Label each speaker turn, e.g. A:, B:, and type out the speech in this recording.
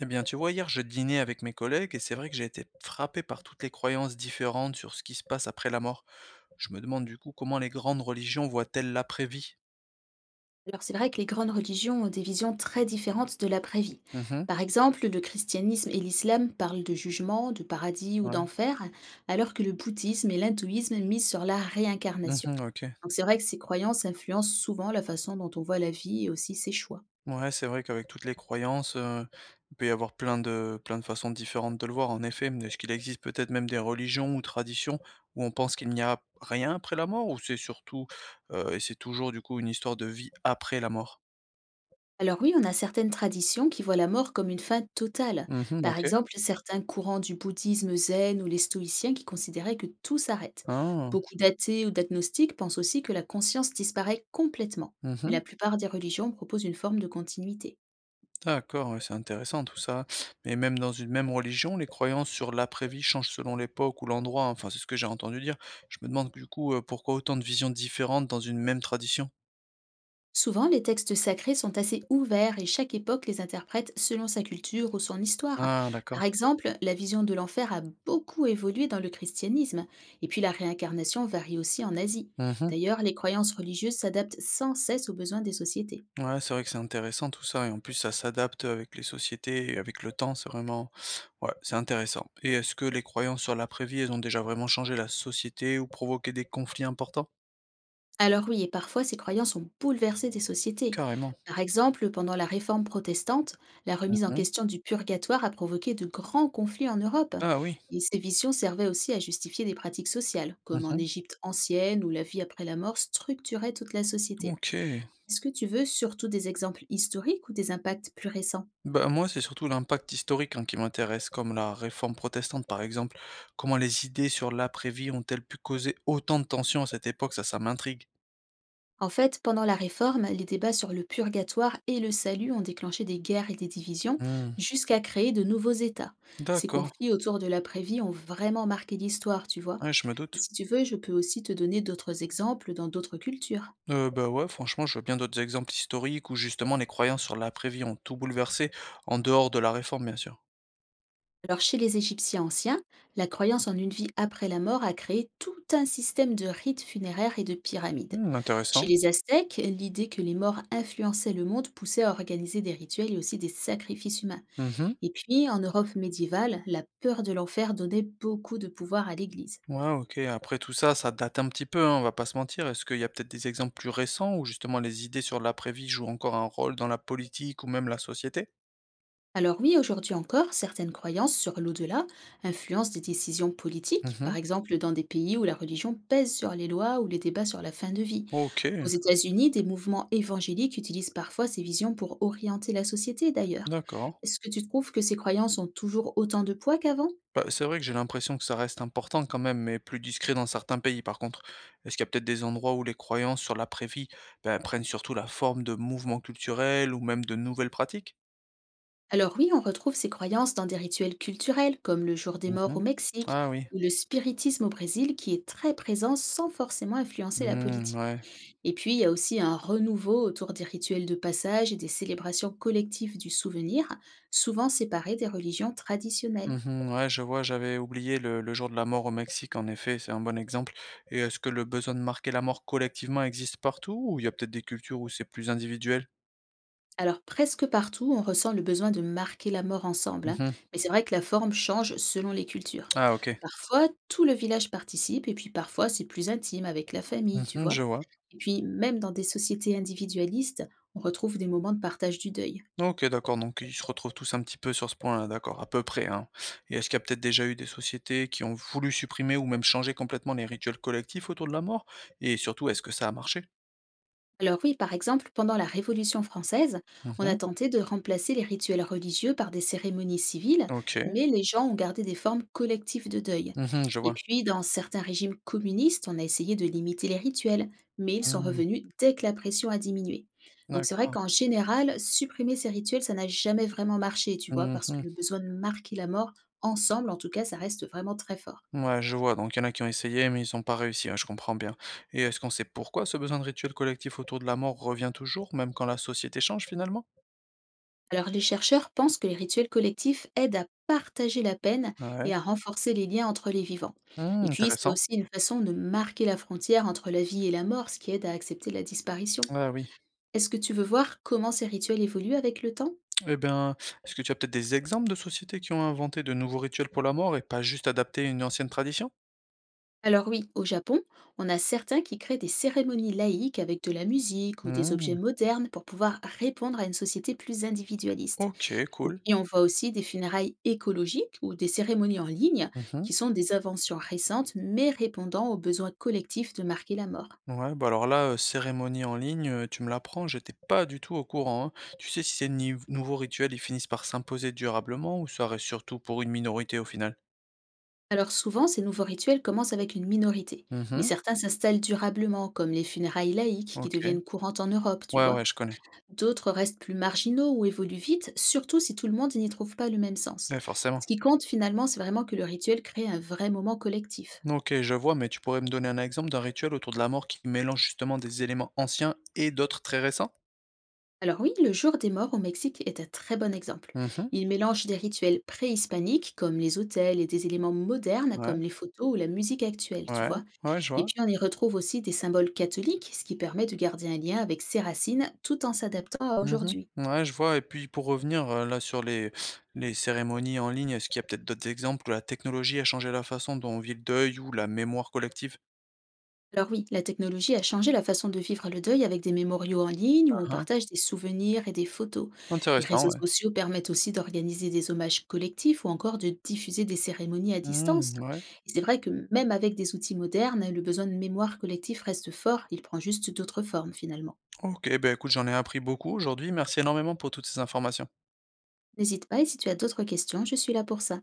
A: Eh bien, tu vois, hier, je dînais avec mes collègues et c'est vrai que j'ai été frappé par toutes les croyances différentes sur ce qui se passe après la mort. Je me demande du coup comment les grandes religions voient-elles l'après-vie?
B: Alors c'est vrai que les grandes religions ont des visions très différentes de l'après-vie.
A: Mhm,
B: Par exemple, le christianisme et l'islam parlent de jugement, de paradis ou
A: ouais.
B: d'enfer, alors que le bouddhisme et l'hindouisme misent sur la réincarnation.
A: Mhm, ok.
B: Donc c'est vrai que ces croyances influencent souvent la façon dont on voit la vie et aussi ses choix.
A: Ouais, c'est vrai qu'avec toutes les croyances, il peut y avoir plein de façons différentes de le voir, en effet. Mais est-ce qu'il existe peut-être même des religions ou traditions où on pense qu'il n'y a rien après la mort ou c'est surtout, et c'est toujours du coup une histoire de vie après la mort?
B: Alors oui, on a certaines traditions qui voient la mort comme une fin totale.
A: Mhm,
B: Par
A: ok.
B: exemple, certains courants du bouddhisme zen ou les stoïciens qui considéraient que tout s'arrête.
A: Ah.
B: Beaucoup d'athées ou d'agnostiques pensent aussi que la conscience disparaît complètement. Mais
A: Mhm.
B: la plupart des religions proposent une forme de continuité.
A: D'accord, ouais, c'est intéressant tout ça. Mais même dans une même religion, les croyances sur l'après-vie changent selon l'époque ou l'endroit, hein. Enfin, c'est ce que j'ai entendu dire. Je me demande du coup pourquoi autant de visions différentes dans une même tradition.
B: Souvent, les textes sacrés sont assez ouverts et chaque époque les interprète selon sa culture ou son histoire.
A: Ah,
B: Par
A: d'accord.
B: exemple, la vision de l'enfer a beaucoup évolué dans le christianisme, et puis la réincarnation varie aussi en Asie.
A: Mhm.
B: D'ailleurs, les croyances religieuses s'adaptent sans cesse aux besoins des sociétés.
A: Ouais, c'est vrai que c'est intéressant tout ça. Et en plus, ça s'adapte avec les sociétés et avec le temps. C'est vraiment. Ouais, c'est intéressant. Et est-ce que les croyances sur l'après-vie, elles ont déjà vraiment changé la société ou provoqué des conflits importants?
B: Alors oui, et parfois ces croyances ont bouleversé des sociétés.
A: Carrément.
B: Par exemple, pendant la réforme protestante, la remise en
A: Mhm.
B: question du purgatoire a provoqué de grands conflits en Europe.
A: Ah oui.
B: Et ces visions servaient aussi à justifier des pratiques sociales, comme en
A: Mhm.
B: Égypte ancienne où la vie après la mort structurait toute la société.
A: Ok.
B: Est-ce que tu veux surtout des exemples historiques ou des impacts plus récents?
A: Bah, moi, c'est surtout l'impact historique, hein, qui m'intéresse, comme la réforme protestante, par exemple. Comment les idées sur l'après-vie ont-elles pu causer autant de tensions à cette époque? Ça m'intrigue.
B: En fait, pendant la Réforme, les débats sur le purgatoire et le salut ont déclenché des guerres et des divisions
A: Hmm,
B: jusqu'à créer de nouveaux États. Ces
A: d'accord,
B: conflits autour de l'après-vie ont vraiment marqué l'histoire, tu vois.
A: ouais, je me doute.
B: Si tu veux, je peux aussi te donner d'autres exemples dans d'autres cultures.
A: Bah ouais, franchement, je vois bien d'autres exemples historiques où justement les croyances sur l'après-vie ont tout bouleversé, en dehors de la réforme, bien sûr.
B: Alors chez les Égyptiens anciens, la croyance en une vie après la mort a créé tout un système de rites funéraires et de pyramides.
A: Hmm,
B: Chez
A: intéressant.
B: les Aztèques, l'idée que les morts influençaient le monde poussait à organiser des rituels et aussi des sacrifices humains.
A: Mhm.
B: Et puis, en Europe médiévale, la peur de l'enfer donnait beaucoup de pouvoir à l'Église.
A: Ouais, ok. Après tout ça, ça date un petit peu, hein, on va pas se mentir. Est-ce qu'il y a peut-être des exemples plus récents où justement les idées sur l'après-vie jouent encore un rôle dans la politique ou même la société?
B: Alors oui, aujourd'hui encore, certaines croyances sur l'au-delà influencent des décisions politiques, par
A: Mhm.
B: exemple dans des pays où la religion pèse sur les lois ou les débats sur la fin de vie. Aux
A: OK,
B: États-Unis, des mouvements évangéliques utilisent parfois ces visions pour orienter la société d'ailleurs.
A: d'accord.
B: Est-ce que tu trouves que ces croyances ont toujours autant de poids qu'avant?
A: Bah, c'est vrai que j'ai l'impression que ça reste important quand même, mais plus discret dans certains pays par contre. Est-ce qu'il y a peut-être des endroits où les croyances sur l'après-vie, ben, prennent surtout la forme de mouvements culturels ou même de nouvelles pratiques?
B: Alors oui, on retrouve ces croyances dans des rituels culturels comme le jour des morts au
A: Mhm.
B: Mexique
A: Ah oui.
B: ou le spiritisme au Brésil qui est très présent sans forcément influencer la
A: Mmh,
B: politique.
A: ouais.
B: Et puis il y a aussi un renouveau autour des rituels de passage et des célébrations collectives du souvenir, souvent séparés des religions traditionnelles.
A: Mhm, ouais, je vois, j'avais oublié le jour de la mort au Mexique, en effet, c'est un bon exemple. Et est-ce que le besoin de marquer la mort collectivement existe partout, ou il y a peut-être des cultures où c'est plus individuel?
B: Alors presque partout, on ressent le besoin de marquer la mort ensemble, hein,
A: Mhm.
B: mais c'est vrai que la forme change selon les cultures.
A: Ah ok.
B: Parfois, tout le village participe, et puis parfois, c'est plus intime avec la famille, tu
A: Mhm,
B: vois.
A: je vois.
B: Et puis, même dans des sociétés individualistes, on retrouve des moments de partage du deuil.
A: OK, d'accord, donc ils se retrouvent tous un petit peu sur ce point-là, d'accord, à peu près, hein. Et est-ce qu'il y a peut-être déjà eu des sociétés qui ont voulu supprimer ou même changer complètement les rituels collectifs autour de la mort? Et surtout, est-ce que ça a marché?
B: Alors oui, par exemple, pendant la Révolution française, on a
A: Mmh.
B: tenté de remplacer les rituels religieux par des cérémonies civiles,
A: OK.
B: mais les gens ont gardé des formes collectives de deuil.
A: Mmh, je
B: Et
A: vois.
B: puis, dans certains régimes communistes, on a essayé de limiter les rituels, mais ils sont
A: Mmh,
B: revenus dès que la pression a diminué. Donc c'est vrai
A: d'accord.
B: qu'en général, supprimer ces rituels, ça n'a jamais vraiment marché, tu vois,
A: Mmh
B: parce que
A: mh.
B: le besoin de marquer la mort ensemble, en tout cas, ça reste vraiment très fort.
A: Ouais, je vois, donc il y en a qui ont essayé, mais ils ont pas réussi, ouais, je comprends bien. Et est-ce qu'on sait pourquoi ce besoin de rituels collectifs autour de la mort revient toujours, même quand la société change finalement?
B: Alors les chercheurs pensent que les rituels collectifs aident à partager la peine
A: Ouais.
B: et à renforcer les liens entre les vivants.
A: Mmh,
B: Et puis c'est
A: intéressant.
B: aussi une façon de marquer la frontière entre la vie et la mort, ce qui aide à accepter la disparition.
A: Ah oui.
B: Est-ce que tu veux voir comment ces rituels évoluent avec le temps?
A: Eh bien, est-ce que tu as peut-être des exemples de sociétés qui ont inventé de nouveaux rituels pour la mort et pas juste adapté une ancienne tradition?
B: Alors oui, au Japon, on a certains qui créent des cérémonies laïques avec de la musique ou des objets
A: Mmh.
B: modernes pour pouvoir répondre à une société plus individualiste.
A: Ok,
B: Et
A: cool.
B: puis, on voit aussi des funérailles écologiques ou des cérémonies en ligne
A: Mhm.
B: qui sont des inventions récentes mais répondant aux besoins collectifs de marquer la mort.
A: Ouais, bah alors là, cérémonie en ligne, tu me l'apprends, j'étais pas du tout au courant, hein. Tu sais si ces nouveaux rituels, ils finissent par s'imposer durablement ou ça reste surtout pour une minorité au final?
B: Alors souvent, ces nouveaux rituels commencent avec une minorité, mais
A: Mhm.
B: certains s'installent durablement, comme les funérailles laïques qui
A: Ok.
B: deviennent courantes en Europe, tu
A: Ouais,
B: vois.
A: ouais, je connais.
B: D'autres restent plus marginaux ou évoluent vite, surtout si tout le monde n'y trouve pas le même sens.
A: Ouais, forcément.
B: Ce qui compte finalement, c'est vraiment que le rituel crée un vrai moment collectif.
A: Ok, je vois, mais tu pourrais me donner un exemple d'un rituel autour de la mort qui mélange justement des éléments anciens et d'autres très récents?
B: Alors oui, le jour des morts au Mexique est un très bon exemple.
A: Mhm.
B: Il mélange des rituels préhispaniques comme les autels et des éléments modernes
A: Ouais,
B: comme les photos ou la musique actuelle, tu
A: ouais,
B: vois.
A: ouais, je
B: Et
A: vois.
B: puis on y retrouve aussi des symboles catholiques, ce qui permet de garder un lien avec ses racines tout en s'adaptant à
A: Mmh.
B: aujourd'hui.
A: Ouais, je vois et puis pour revenir, là sur les cérémonies en ligne, est-ce qu'il y a peut-être d'autres exemples où la technologie a changé la façon dont on vit le deuil ou la mémoire collective?
B: Alors oui, la technologie a changé la façon de vivre le deuil avec des mémoriaux en ligne où on
A: Hein, hein.
B: partage des souvenirs et des photos. Les
A: Intéressant,
B: réseaux
A: ouais.
B: sociaux permettent aussi d'organiser des hommages collectifs ou encore de diffuser des cérémonies à distance.
A: Mmh, ouais.
B: Et c'est vrai que même avec des outils modernes, le besoin de mémoire collective reste fort, il prend juste d'autres formes finalement.
A: OK, ben écoute, j'en ai appris beaucoup aujourd'hui. Merci énormément pour toutes ces informations.
B: N'hésite pas et si tu as d'autres questions, je suis là pour ça.